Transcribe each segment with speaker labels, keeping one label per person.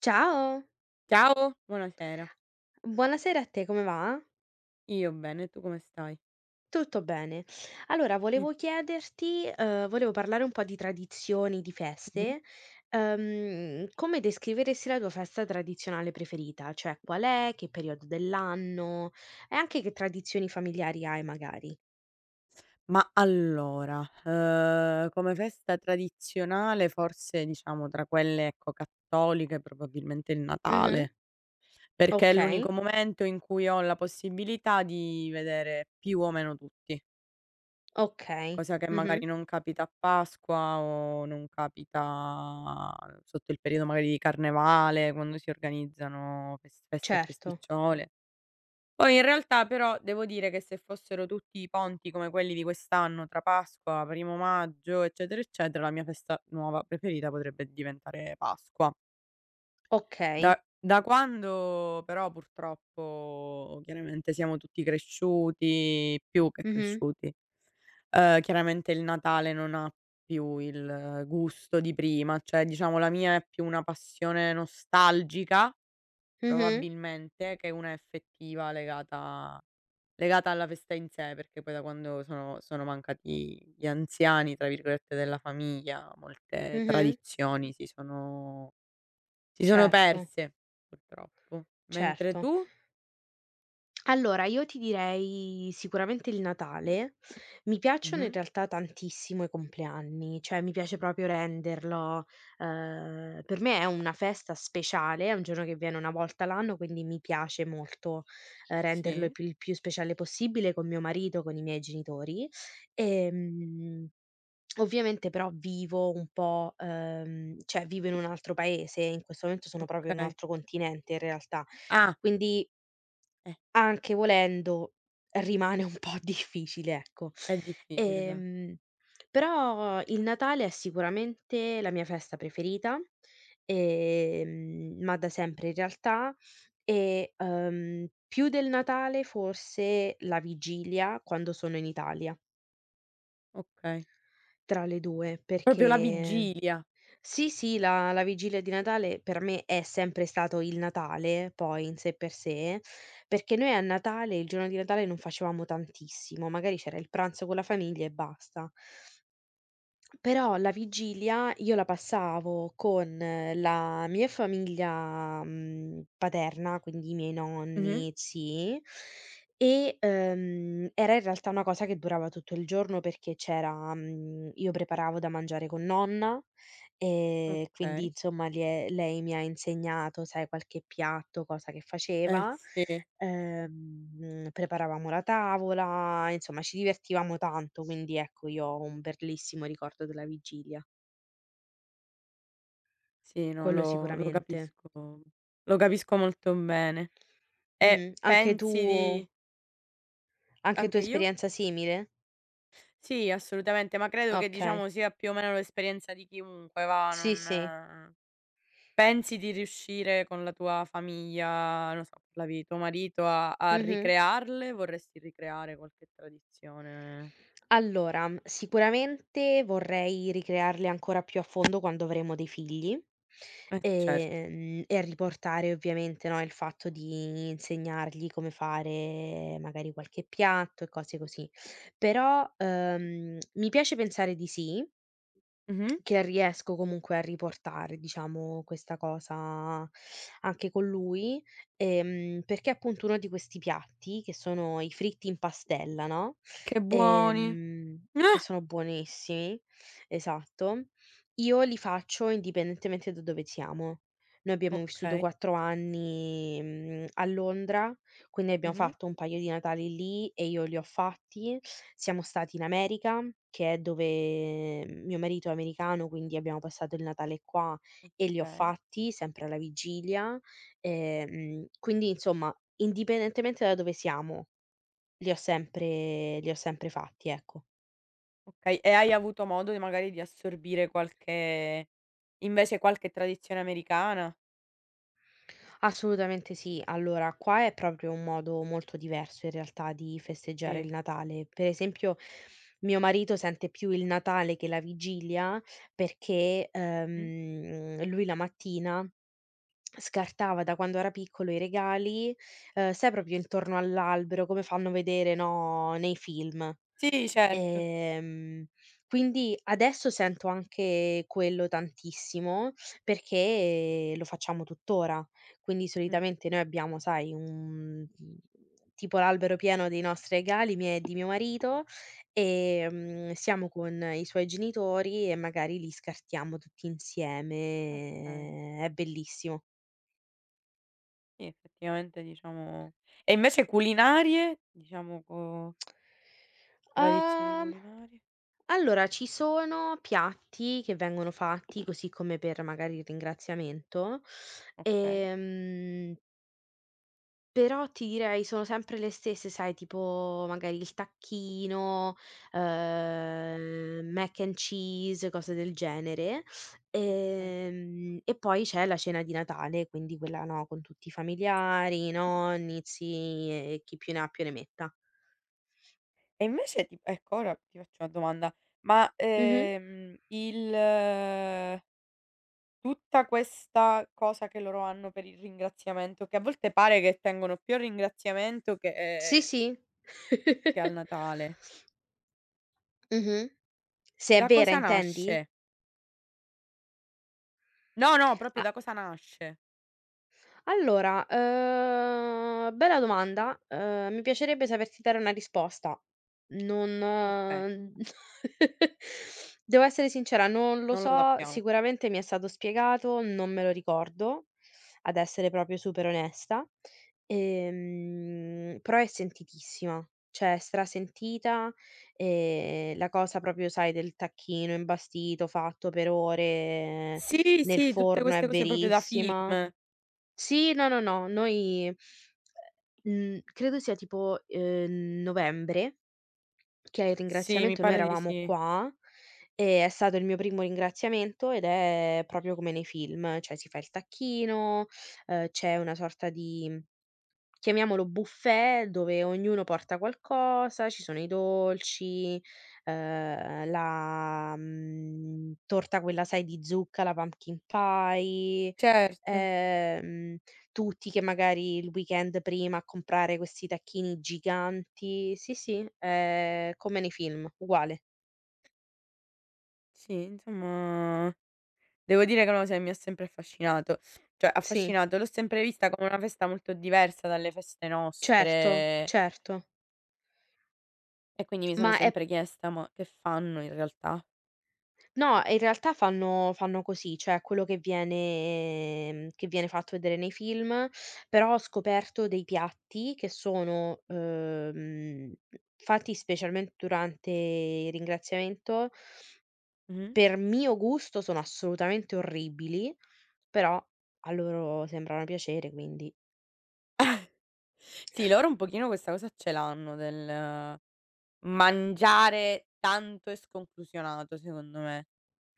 Speaker 1: Ciao,
Speaker 2: Ciao, buonasera.
Speaker 1: buonasera a te, come va?
Speaker 2: Io bene, tu come stai?
Speaker 1: Tutto bene. Allora
Speaker 2: Mh,
Speaker 1: volevo chiederti volevo parlare un po' di tradizioni, di
Speaker 2: mh-mh.
Speaker 1: feste. Come descriveresti la tua festa tradizionale preferita? Cioè qual è, che periodo dell'anno e anche che tradizioni familiari hai magari.
Speaker 2: Ma allora, come festa tradizionale forse diciamo tra quelle, ecco, cattoliche probabilmente il
Speaker 1: Mh-mh.
Speaker 2: Natale, perché è l'unico
Speaker 1: Okay,
Speaker 2: momento in cui ho la possibilità di vedere più o meno tutti,
Speaker 1: okay.
Speaker 2: cosa che
Speaker 1: Mh-mh.
Speaker 2: magari non capita a Pasqua o non capita sotto il periodo magari di Carnevale, quando si organizzano feste e
Speaker 1: Certo.
Speaker 2: festicciole. Poi in realtà però devo dire che se fossero tutti i ponti come quelli di quest'anno, tra Pasqua, primo maggio, eccetera, eccetera, la mia festa nuova preferita potrebbe diventare Pasqua.
Speaker 1: Okay.
Speaker 2: Da da quando però purtroppo chiaramente siamo tutti cresciuti, più che
Speaker 1: Mh-mh.
Speaker 2: cresciuti, chiaramente il Natale non ha più il gusto di prima, cioè diciamo la mia è più una passione nostalgica,
Speaker 1: Mh-mh.
Speaker 2: probabilmente, che una effettiva legata alla festa in sé, perché poi da quando sono mancati gli "anziani" tra virgolette della famiglia, molte
Speaker 1: Mh-mh.
Speaker 2: tradizioni si sono
Speaker 1: Certo,
Speaker 2: perse purtroppo. Mentre
Speaker 1: certo.
Speaker 2: tu
Speaker 1: Allora, io ti direi sicuramente il Natale. Mi piacciono in
Speaker 2: mh-mh,
Speaker 1: realtà tantissimo i compleanni, cioè mi piace proprio renderlo, per me è una festa speciale, è un giorno che viene una volta l'anno, quindi mi piace molto, renderlo il
Speaker 2: sì,
Speaker 1: più il più speciale possibile con mio marito, con i miei genitori. Ehm, Ovviamente però vivo un po', cioè vivo in un altro paese, in questo momento sono proprio in un
Speaker 2: okay.
Speaker 1: altro continente in realtà,
Speaker 2: Ah,
Speaker 1: quindi
Speaker 2: eh,
Speaker 1: anche volendo, rimane un po' difficile, ecco.
Speaker 2: è difficile, esatto,
Speaker 1: Ehm, Però il Natale è sicuramente la mia festa preferita, ma da sempre in realtà e, più del Natale forse la vigilia quando sono in Italia,
Speaker 2: okay.
Speaker 1: tra le 2,
Speaker 2: Proprio la
Speaker 1: perché
Speaker 2: vigilia.
Speaker 1: sì, sì, la vigilia di Natale per me è sempre stato il Natale, poi in sé per sé, perché noi a Natale, il giorno di Natale non facevamo tantissimo, magari c'era il pranzo con la famiglia e basta. Però la vigilia io la passavo con la mia famiglia, paterna, quindi i miei
Speaker 2: Mh-mh,
Speaker 1: nonni, zii, e, era in realtà una cosa che durava tutto il giorno perché c'era io preparavo da mangiare con nonna. Quindi
Speaker 2: okay.
Speaker 1: insomma lie lei mi ha insegnato, sai, qualche piatto, cosa che
Speaker 2: Eh
Speaker 1: faceva,
Speaker 2: sì,
Speaker 1: preparavamo la tavola, insomma ci divertivamo tanto, quindi ecco io ho un bellissimo ricordo della vigilia.
Speaker 2: sì, no,
Speaker 1: Quello
Speaker 2: lo
Speaker 1: sicuramente.
Speaker 2: capisco, lo capisco molto bene. E
Speaker 1: Mh-mh. Anche tu
Speaker 2: pensi di
Speaker 1: anche tu
Speaker 2: anche io?
Speaker 1: esperienza simile?
Speaker 2: Sì, assolutamente, ma credo che
Speaker 1: Okay.
Speaker 2: diciamo sia più o meno l'esperienza di chiunque va,
Speaker 1: Sì, sì.
Speaker 2: non pensi di riuscire con la tua famiglia, non so, parlavi di tuo marito, a
Speaker 1: Mh-mh.
Speaker 2: ricrearle? Vorresti ricreare qualche tradizione?
Speaker 1: Allora, sicuramente vorrei ricrearle ancora più a fondo quando avremo dei figli,
Speaker 2: Eh certo.
Speaker 1: e riportare ovviamente, no, il fatto di insegnargli come fare magari qualche piatto e cose così. Però, mi piace pensare di sì,
Speaker 2: Mh-mh.
Speaker 1: che riesco comunque a riportare, diciamo, questa cosa anche con lui, perché appunto uno di questi piatti, che sono i fritti in pastella, no,
Speaker 2: Che buoni.
Speaker 1: che
Speaker 2: Ah!
Speaker 1: sono buonissimi, esatto, io li faccio indipendentemente da dove siamo. Noi abbiamo vissuto
Speaker 2: Okay.
Speaker 1: 4 anni, a Londra quindi abbiamo
Speaker 2: Mh-mh.
Speaker 1: fatto un paio di Natali lì e io li ho fatti. Siamo stati in America, che è dove mio marito è americano, quindi abbiamo passato il Natale qua e li ho
Speaker 2: Okay,
Speaker 1: fatti sempre alla vigilia. Quindi insomma, indipendentemente da dove siamo, li ho sempre fatti, ecco.
Speaker 2: okay. E hai avuto modo di magari di assorbire qualche invece qualche tradizione americana?
Speaker 1: Assolutamente sì. Allora, qua è proprio un modo molto diverso in realtà di festeggiare il
Speaker 2: Sì.
Speaker 1: Natale. Per esempio, mio marito sente più il Natale che la vigilia perché,
Speaker 2: Mh-mh.
Speaker 1: lui la mattina scartava da quando era piccolo i regali, sai proprio intorno all'albero, come fanno vedere, no, nei film.
Speaker 2: Sì, certo.
Speaker 1: Ehm, quindi adesso sento anche quello tantissimo, perché lo facciamo tuttora. Quindi
Speaker 2: Mh,
Speaker 1: solitamente noi abbiamo, sai, un tipo l'albero pieno dei nostri regali, miei e di mio marito, siamo con i suoi genitori e magari li scartiamo tutti
Speaker 2: okay.
Speaker 1: insieme. È bellissimo.
Speaker 2: Sì, effettivamente diciamo e invece culinarie? Diciamo co tradizioni
Speaker 1: Uhm
Speaker 2: culinarie?
Speaker 1: Allora, ci sono piatti che vengono fatti così come per magari il ringraziamento,
Speaker 2: Okay,
Speaker 1: ehm, però ti direi sono sempre le stesse, sai, tipo magari il tacchino, mac and cheese, cose del genere.
Speaker 2: okay.
Speaker 1: E poi c'è la cena di Natale, quindi quella, no, con tutti i familiari, i nonni, zii e chi più ne ha più ne metta.
Speaker 2: E invece ti ecco, ora ti faccio una domanda, ma,
Speaker 1: Mh-mh.
Speaker 2: il tutta questa cosa che loro hanno per il ringraziamento, che a volte pare che tengono più al ringraziamento
Speaker 1: Sì, sì.
Speaker 2: che al Natale,
Speaker 1: Mh-mh. Se è
Speaker 2: da
Speaker 1: vera
Speaker 2: cosa
Speaker 1: intendi?
Speaker 2: nasce? No, no, proprio
Speaker 1: A
Speaker 2: da cosa nasce?
Speaker 1: Allora, bella domanda, mi piacerebbe saperti dare una risposta. Non
Speaker 2: Okay,
Speaker 1: devo essere sincera, non lo
Speaker 2: non lo
Speaker 1: so,
Speaker 2: sappiamo.
Speaker 1: sicuramente mi è stato spiegato, non me lo ricordo, ad essere proprio super onesta, però è sentitissima, cioè è strasentita, la cosa proprio sai del tacchino imbastito fatto per ore
Speaker 2: Sì,
Speaker 1: nel
Speaker 2: sì, tutte
Speaker 1: forno è
Speaker 2: queste cose proprio da
Speaker 1: verissima.
Speaker 2: film.
Speaker 1: Sì, no, no, no, noi, mhmm, credo sia tipo, novembre, che al
Speaker 2: Sì, mi
Speaker 1: ringraziamento noi
Speaker 2: pare di
Speaker 1: eravamo
Speaker 2: sì.
Speaker 1: qua e è stato il mio primo ringraziamento ed è proprio come nei film, cioè si fa il tacchino, c'è una sorta di chiamiamolo buffet, dove ognuno porta qualcosa, ci sono i dolci, la torta quella sai di zucca, la pumpkin pie,
Speaker 2: Certo.
Speaker 1: ehm, tutti che magari il weekend prima a comprare questi tacchini giganti. Sì, sì, è come nei film, uguale.
Speaker 2: Sì, insomma devo dire che è una cosa che mi ha sempre affascinato. Cioè
Speaker 1: Sì,
Speaker 2: affascinato, l'ho sempre vista come una festa molto diversa dalle feste
Speaker 1: certo,
Speaker 2: nostre
Speaker 1: certo.
Speaker 2: e quindi mi sono
Speaker 1: Ma è
Speaker 2: sempre chiesta: "Ma che fanno in realtà?"
Speaker 1: No, in realtà fanno così, cioè quello che viene che viene fatto vedere nei film, però ho scoperto dei piatti che sono, fatti specialmente durante il ringraziamento,
Speaker 2: Mh-mh.
Speaker 1: per mio gusto sono assolutamente orribili, però a loro sembrano piacere, quindi.
Speaker 2: Sì, loro un pochino questa cosa ce l'hanno del mangiare tanto e sconclusionato, secondo me.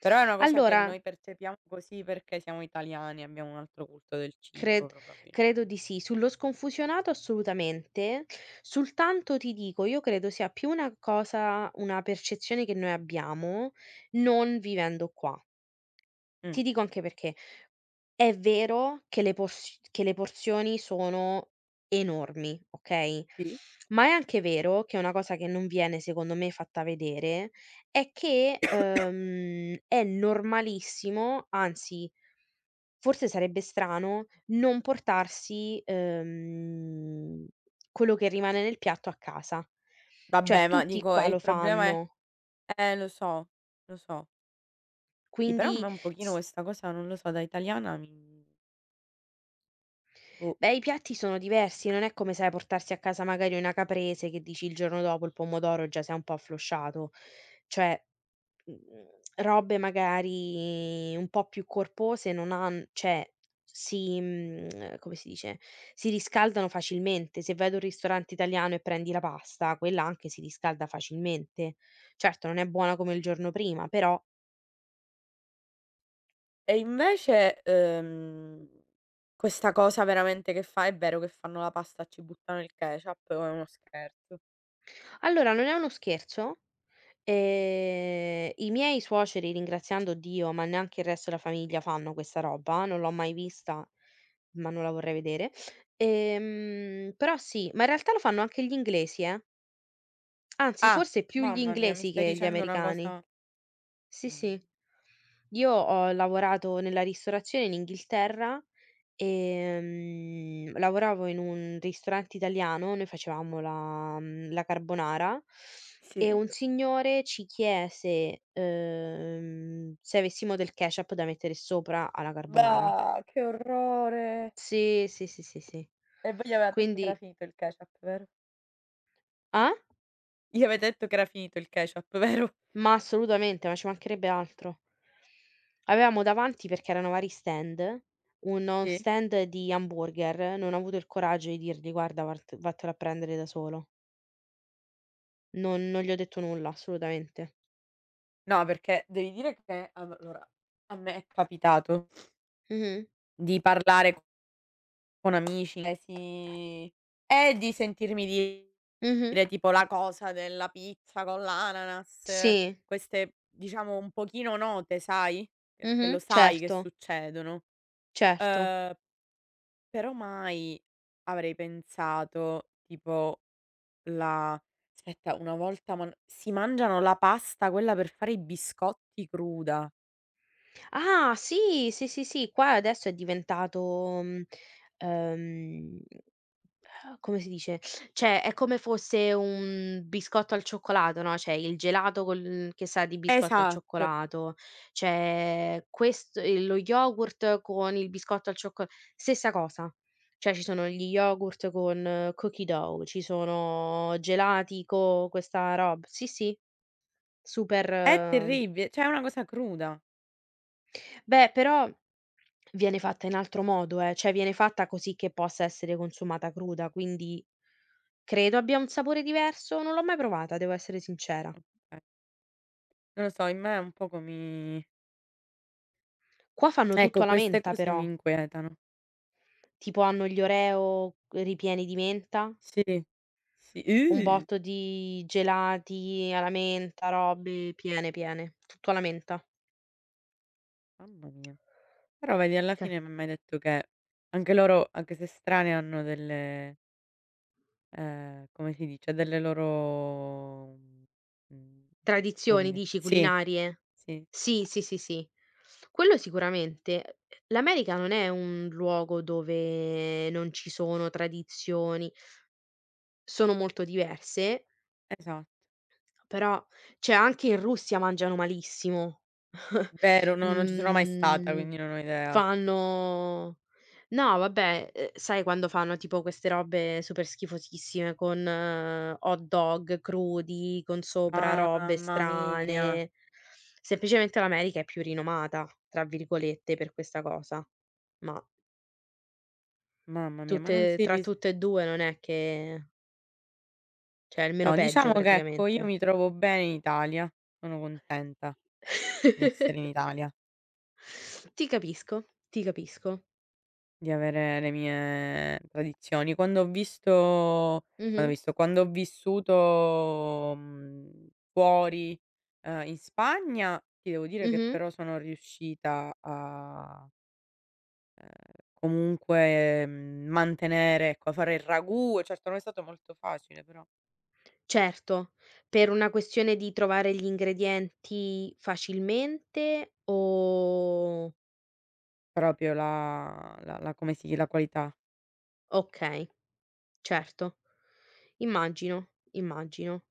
Speaker 2: Però è una cosa che
Speaker 1: Allora,
Speaker 2: noi percepiamo così perché siamo italiani, abbiamo un altro culto del cibo
Speaker 1: Cred credo
Speaker 2: probabilmente.
Speaker 1: di sì. Sullo sconfusionato assolutamente, sul tanto ti dico, io credo sia più una cosa una percezione che noi abbiamo, non vivendo qua.
Speaker 2: Mh.
Speaker 1: Ti dico anche perché: è vero che le porsio che le porzioni sono enormi, okay,
Speaker 2: Sì.
Speaker 1: ma è anche vero che una cosa che non viene secondo me fatta vedere è che, è normalissimo, anzi forse sarebbe strano non portarsi, quello che rimane nel piatto a casa. Cioè
Speaker 2: Vabbè, ma
Speaker 1: tutti
Speaker 2: dico,
Speaker 1: qua
Speaker 2: e
Speaker 1: lo
Speaker 2: il problema è
Speaker 1: fanno,
Speaker 2: lo so, lo so. Sì, però a
Speaker 1: quindi
Speaker 2: me un pochino
Speaker 1: s
Speaker 2: questa cosa, non lo so, da italiana mi boh.
Speaker 1: Beh, i piatti sono diversi, non è come, sai, portarsi a casa magari una caprese che dici il giorno dopo il pomodoro già si è un po' afflosciato. Cioè, mhmm, robe magari un po' più corpose non han cioè si come si dice, si riscaldano facilmente. Se vai ad un ristorante italiano e prendi la pasta, quella anche si riscalda facilmente. Certo, non è buona come il giorno prima, però
Speaker 2: E invece, questa cosa veramente che fa è vero che fanno la pasta e ci buttano il ketchup o è uno scherzo?
Speaker 1: allora non è uno scherzo?
Speaker 2: Oddi
Speaker 1: I miei suoceri, ringraziando Dio, ma neanche il resto della famiglia fanno questa roba, non l'ho mai vista, ma non la vorrei vedere. Però sì, ma in realtà lo fanno anche gli inglesi, eh. Anzi,
Speaker 2: ah,
Speaker 1: forse più gli
Speaker 2: mamma mia, mi
Speaker 1: inglesi
Speaker 2: stai
Speaker 1: che gli
Speaker 2: dicendo una
Speaker 1: americani.
Speaker 2: cosa,
Speaker 1: Sì, sì.
Speaker 2: mhmm.
Speaker 1: Io ho lavorato nella ristorazione in Inghilterra, lavoravo in un ristorante italiano, noi facevamo la carbonara e
Speaker 2: Sì.
Speaker 1: un signore ci chiese, se avessimo del ketchup da mettere sopra alla carbonara.
Speaker 2: Bah, che orrore!
Speaker 1: Sì, sì, sì, sì, sì.
Speaker 2: E voi gli aveva detto che era
Speaker 1: Quindi
Speaker 2: finito il ketchup, vero?
Speaker 1: ah?
Speaker 2: Gli avete detto che era finito il ketchup, vero?
Speaker 1: Ma assolutamente, ma ci mancherebbe altro. Avevamo davanti, perché erano vari stand, uno
Speaker 2: Sì.
Speaker 1: stand di hamburger, non ho avuto il coraggio di dirgli: "Guarda, vart vattelo a prendere da solo." Non gli ho detto nulla, assolutamente.
Speaker 2: No, perché devi dire che allora, a me è capitato
Speaker 1: Mh-mh.
Speaker 2: di parlare con amici e si e di sentirmi
Speaker 1: Mh-mh.
Speaker 2: dire tipo la cosa della pizza con l'ananas,
Speaker 1: Sì.
Speaker 2: queste diciamo un pochino note, sai, che lo
Speaker 1: Mh-mh.
Speaker 2: sai che
Speaker 1: Certo,
Speaker 2: succedono.
Speaker 1: certo.
Speaker 2: Uhm, però mai avrei pensato tipo la aspetta, una volta man si mangiano la pasta, quella per fare i biscotti cruda.
Speaker 1: Ah, sì, sì, sì, sì, qua adesso è diventato, ehm Eh, come si dice? Cioè, è come fosse un biscotto al cioccolato, no, c'è il gelato col che sa di biscotto al
Speaker 2: Esatto,
Speaker 1: cioccolato, c'è quest lo yogurt con il biscotto al cioccol. Stessa cosa. Cioè, ci sono gli yogurt con cookie dough, ci sono gelati co questa rob, sì, sì, super.
Speaker 2: è terribile, cioè è una cosa cruda.
Speaker 1: Beh, però viene fatta in altro modo, cioè viene fatta così che possa essere consumata cruda, quindi credo abbia un sapore diverso, non l'ho mai provata, devo essere sincera.
Speaker 2: Okay. Non lo so, in me un poco mi
Speaker 1: Qua fanno tutto
Speaker 2: ecco
Speaker 1: alla
Speaker 2: queste
Speaker 1: menta
Speaker 2: cose mi
Speaker 1: però,
Speaker 2: inquietano.
Speaker 1: tipo hanno gli Oreo ripieni di menta,
Speaker 2: Sì,
Speaker 1: un
Speaker 2: sì.
Speaker 1: botto di gelati alla menta, robe piene, piene, tutto alla menta.
Speaker 2: Mamma mia. Però vedi alla fine mi hai mai detto che anche loro, anche se strane, hanno delle come si dice, delle loro mhmm, non mi
Speaker 1: Tradizioni
Speaker 2: viene
Speaker 1: dici
Speaker 2: sì,
Speaker 1: culinarie?
Speaker 2: sì,
Speaker 1: Sì, sì, sì, sì. Quello sicuramente. L'America non è un luogo dove non ci sono tradizioni, sono molto diverse,
Speaker 2: esa.
Speaker 1: però cioè anche in Russia mangiano malissimo.
Speaker 2: Vero, no, non ci sono mai stata,
Speaker 1: Mhmm,
Speaker 2: quindi non ho idea.
Speaker 1: fanno no vabbè, sai quando fanno tipo queste robe super schifosissime con hot dog crudi, con sopra robe
Speaker 2: Mamma mia,
Speaker 1: strane. Semplicemente l'America è più "rinomata" tra virgolette per questa cosa, ma
Speaker 2: mamma mia, ma non
Speaker 1: tutte
Speaker 2: si
Speaker 1: tra
Speaker 2: ris
Speaker 1: tutte e 2 non è che cioè è il meno
Speaker 2: no,
Speaker 1: peggio
Speaker 2: diciamo che ecco, io
Speaker 1: praticamente.
Speaker 2: mi trovo bene in Italia, sono contenta di essere in Italia,
Speaker 1: Ti capisco, ti capisco.
Speaker 2: di avere le mie tradizioni. Quando ho visto
Speaker 1: Mh-mh,
Speaker 2: quando ho visto, quando ho vissuto, mhmm, fuori, in Spagna, ti devo dire che
Speaker 1: mh-mh.
Speaker 2: però sono riuscita a comunque, mhmm, mantenere ecco, fare il ragù, certo non è stato molto facile, però
Speaker 1: Certo, per una questione di trovare gli ingredienti facilmente o
Speaker 2: proprio la la come si la qualità,
Speaker 1: okay, certo. Immagino, immagino.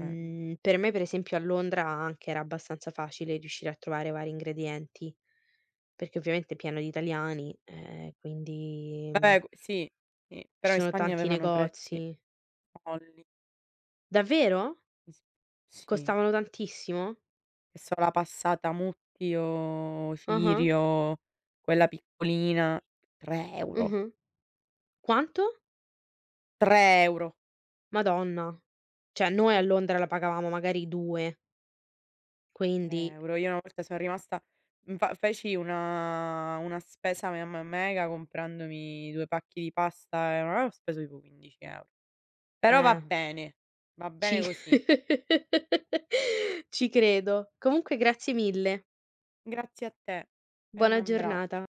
Speaker 2: ehm,
Speaker 1: Per me per esempio a Londra anche era abbastanza facile riuscire a trovare vari ingredienti, perché ovviamente è pieno di italiani, quindi,
Speaker 2: vabbè q sì, sì,
Speaker 1: ci
Speaker 2: però in
Speaker 1: sono
Speaker 2: Spagna
Speaker 1: tanti
Speaker 2: avevano prezzi
Speaker 1: negozi.
Speaker 2: folli,
Speaker 1: Davvero?
Speaker 2: in s sì,
Speaker 1: Costavano tantissimo?
Speaker 2: che so la passata Mutti o
Speaker 1: Ah-ah,
Speaker 2: Cirio, quella piccolina, 3 €,
Speaker 1: mh-mh. Quanto?
Speaker 2: 3 €,
Speaker 1: Madonna. Cioè noi a
Speaker 2: eh.
Speaker 1: Londra la pagavamo magari 2, quindi
Speaker 2: 3 €. Io una volta son rimasta mhmm, fa feci una spesa me mega comprandomi 2 pacchi di pasta e ho speso tipo 15 €. Però
Speaker 1: eh,
Speaker 2: va bene
Speaker 1: ci
Speaker 2: così.
Speaker 1: ci credo. Comunque grazie mille.
Speaker 2: Grazie a te e un
Speaker 1: Buona giornata.
Speaker 2: abbraccio.